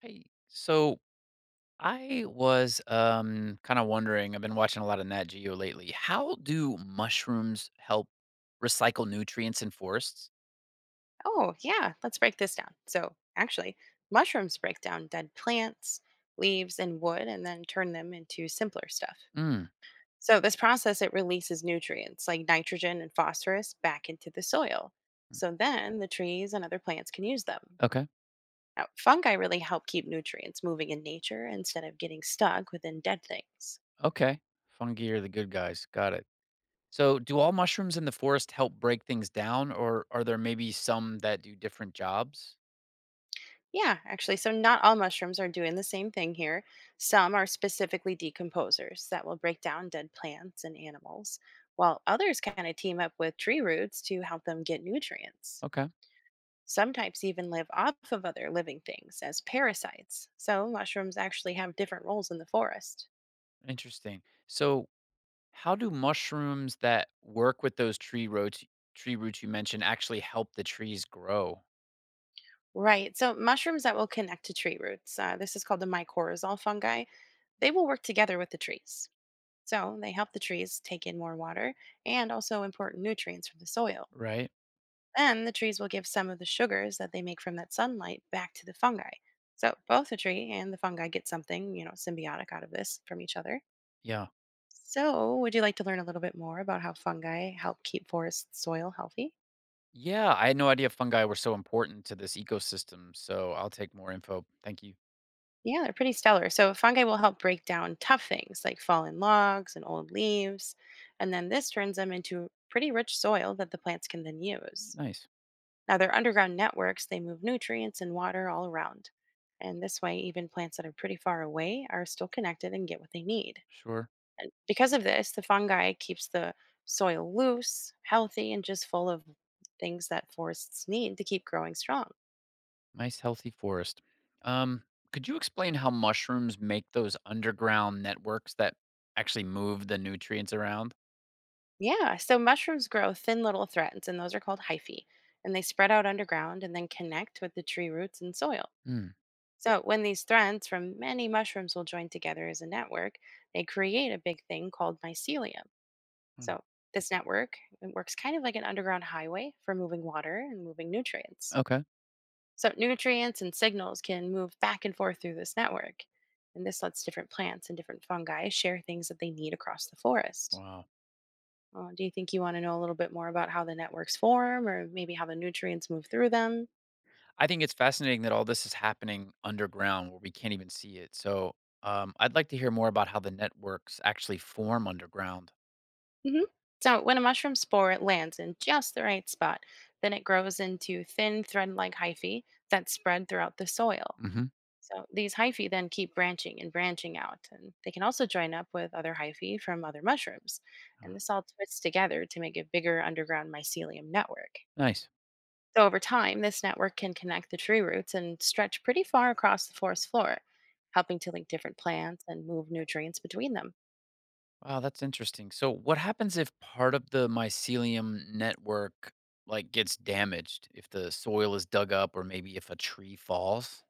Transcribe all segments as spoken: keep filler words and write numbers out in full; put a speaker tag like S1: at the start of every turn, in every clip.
S1: Hey, so I was um kind of wondering. I've been watching a lot of Nat Geo lately. How do mushrooms help recycle nutrients in forests?
S2: Oh, yeah, let's break this down. So, actually, mushrooms break down dead plants, leaves, and wood and then turn them into simpler stuff.
S1: Mm,
S2: So, this process it releases nutrients like nitrogen and phosphorus back into the soil. So then the trees and other plants can use them.
S1: okay.
S2: Now, fungi really help keep nutrients moving in nature instead of getting stuck within dead things.
S1: Okay. Fungi are the good guys. Got it. So, do all mushrooms in the forest help break things down, or are there maybe some that do different jobs?
S2: Yeah, actually. So, not all mushrooms are doing the same thing here. Some are specifically decomposers that will break down dead plants and animals, while others kind of team up with tree roots to help them get nutrients.
S1: Okay.
S2: Some types even live off of other living things as parasites. So, mushrooms actually have different roles in the forest.
S1: Interesting. So, how do mushrooms that work with those tree roots, tree roots you mentioned, actually help the trees grow,
S2: Right. So, mushrooms that will connect to tree roots, uh, this is called the mycorrhizal fungi, they will work together with the trees. So they help the trees take in more water and also important nutrients from the soil.
S1: right?
S2: Then the trees will give some of the sugars that they make from that sunlight back to the fungi. So both the tree and the fungi get something, you know, symbiotic out of this from each other.
S1: Yeah.
S2: So, would you like to learn a little bit more about how fungi help keep forest soil healthy?
S1: Yeah, I had no idea fungi were so important to this ecosystem, so I'll take more info. Thank you.
S2: Yeah, they're pretty stellar. So, fungi will help break down tough things like fallen logs and old leaves, and then this turns them into pretty rich soil that the plants can then use.
S1: Nice.
S2: Now, they're underground networks, they move nutrients and water all around. And this way, even plants that are pretty far away are still connected and get what they need.
S1: Sure.
S2: And because of this, the fungi keeps the soil loose, healthy, and just full of things that forests need to keep growing strong.
S1: Nice healthy forest. Um, could you explain how mushrooms make those underground networks that actually move the nutrients around?
S2: Yeah, so mushrooms grow thin little threads, and those are called hyphae. And they spread out underground and then connect with the tree roots and soil.
S1: Hmm.
S2: So when these threads from many mushrooms will join together as a network, they create a big thing called mycelium.
S1: Hmm.
S2: So, this network it works kind of like an underground highway for moving water and moving nutrients.
S1: Okay.
S2: So, nutrients and signals can move back and forth through this network. And this lets different plants and different fungi share things that they need across the forest.
S1: Wow.
S2: Uh, do you think you want to know a little bit more about how the networks form or maybe how the nutrients move through them?
S1: I think it's fascinating that all this is happening underground where we can't even see it. So, um, I'd like to hear more about how the networks actually form underground.
S2: hmm So, when a mushroom spore lands in just the right spot, then it grows into thin thread like hyphae that spread throughout the soil.
S1: Mhm.
S2: So these hyphae then keep branching and branching out, and they can also join up with other hyphae from other mushrooms. And
S1: Oh.
S2: this all twists together to make a bigger underground mycelium network.
S1: Nice.
S2: So over time, this network can connect the tree roots and stretch pretty far across the forest floor, helping to link different plants and move nutrients between them.
S1: Wow, that's interesting. So what happens if part of the mycelium network like gets damaged, if the soil is dug up or maybe if a tree falls?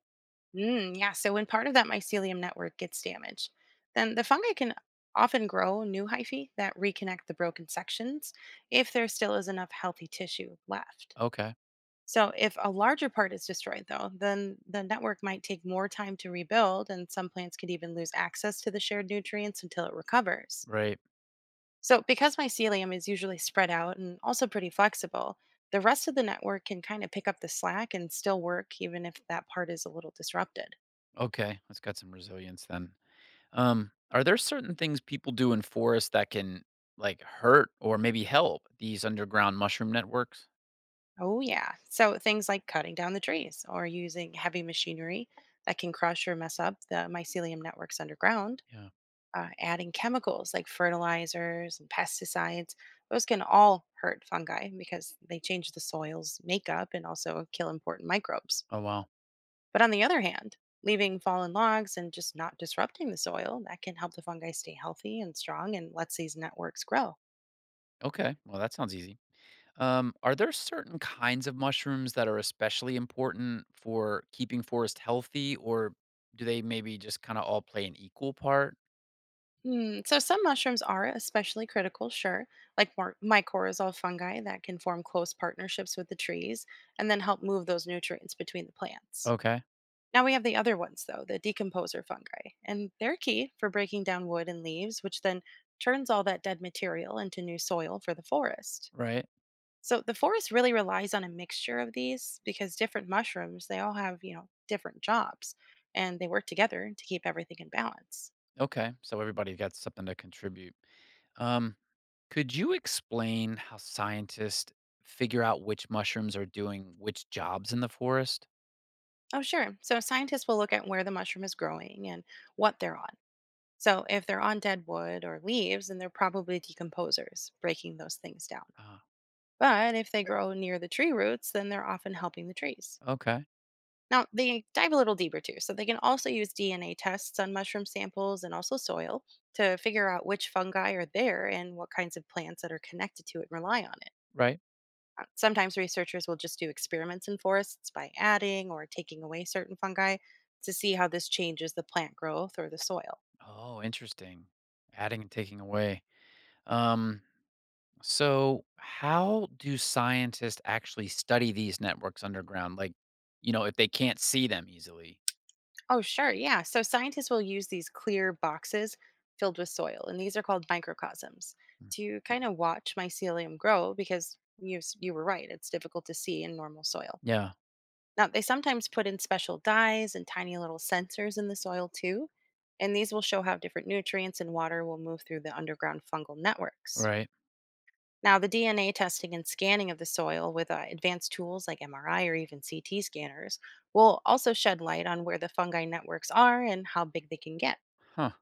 S2: Mm, yeah, so when part of that mycelium network gets damaged, then the fungi can often grow new hyphae that reconnect the broken sections if there still is enough healthy tissue left.
S1: Okay.
S2: So if a larger part is destroyed though, then the network might take more time to rebuild and some plants could even lose access to the shared nutrients until it recovers.
S1: Right.
S2: So because mycelium is usually spread out and also pretty flexible, the rest of the network can kind of pick up the slack and still work even if that part is a little disrupted.
S1: Okay. It's got some resilience then. Um are there certain things people do in forests that can like hurt or maybe help these underground mushroom networks?
S2: Oh yeah. So things like cutting down the trees or using heavy machinery that can crush or mess up the mycelium networks underground
S1: Yeah.
S2: uh, adding chemicals like fertilizers and pesticides. Those can all hurt fungi because they change the soil's makeup and also kill important microbes.
S1: Oh wow.
S2: But on the other hand, leaving fallen logs and just not disrupting the soil, that can help the fungi stay healthy and strong and lets these networks grow.
S1: Okay. Well, that sounds easy. Um, are there certain kinds of mushrooms that are especially important for keeping forest healthy, or do they maybe just kind of all play an equal part?
S2: Hmm, so some mushrooms are especially critical, sure, like more mycorrhizal fungi that can form close partnerships with the trees and then help move those nutrients between the plants.
S1: Okay,
S2: Now we have the other ones, though, the decomposer fungi, and they're key for breaking down wood and leaves, which then turns all that dead material into new soil for the forest.
S1: right.
S2: So the forest really relies on a mixture of these because different mushrooms, they all have, you know, different jobs and they work together to keep everything in balance.
S1: Okay, so everybody got something to contribute. Um, could you explain how scientists figure out which mushrooms are doing which jobs in the forest?
S2: Oh, sure. So scientists will look at where the mushroom is growing and what they're on. So if they're on dead wood or leaves, then they're probably decomposers, breaking those things down.
S1: Ah,
S2: But if they grow near the tree roots, then they're often helping the trees.
S1: okay,
S2: Now, they dive a little deeper too, so they can also use D N A tests on mushroom samples and also soil to figure out which fungi are there and what kinds of plants that are connected to it rely on it.
S1: right.
S2: Uh, Sometimes researchers will just do experiments in forests by adding or taking away certain fungi to see how this changes the plant growth or the soil.
S1: Oh, interesting. Adding and taking away. Um, So, how do scientists actually study these networks underground? Like, you know, if they can't see them easily?
S2: Oh, sure. Yeah. So scientists will use these clear boxes filled with soil, and these are called microcosms
S1: Mm.
S2: to kind of watch mycelium grow because you, s- you were right, it's difficult to see in normal soil.
S1: Yeah,
S2: Now, they sometimes put in special dyes and tiny little sensors in the soil too, and these will show how different nutrients and water will move through the underground fungal networks.
S1: right.
S2: Now, the D N A testing and scanning of the soil with uh, advanced tools like M R I or even C T scanners will also shed light on where the fungi networks are and how big they can get.
S1: Huh.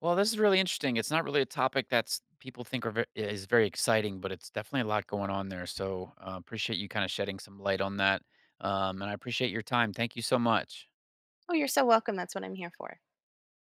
S1: Well, this is really interesting. It's not really a topic that's people think are ve- is very exciting, but it's definitely a lot going on there. So, uh, appreciate you kind of shedding some light on that. Um, and I appreciate your time. Thank you so much.
S2: Oh, you're so welcome. That's what I'm here for.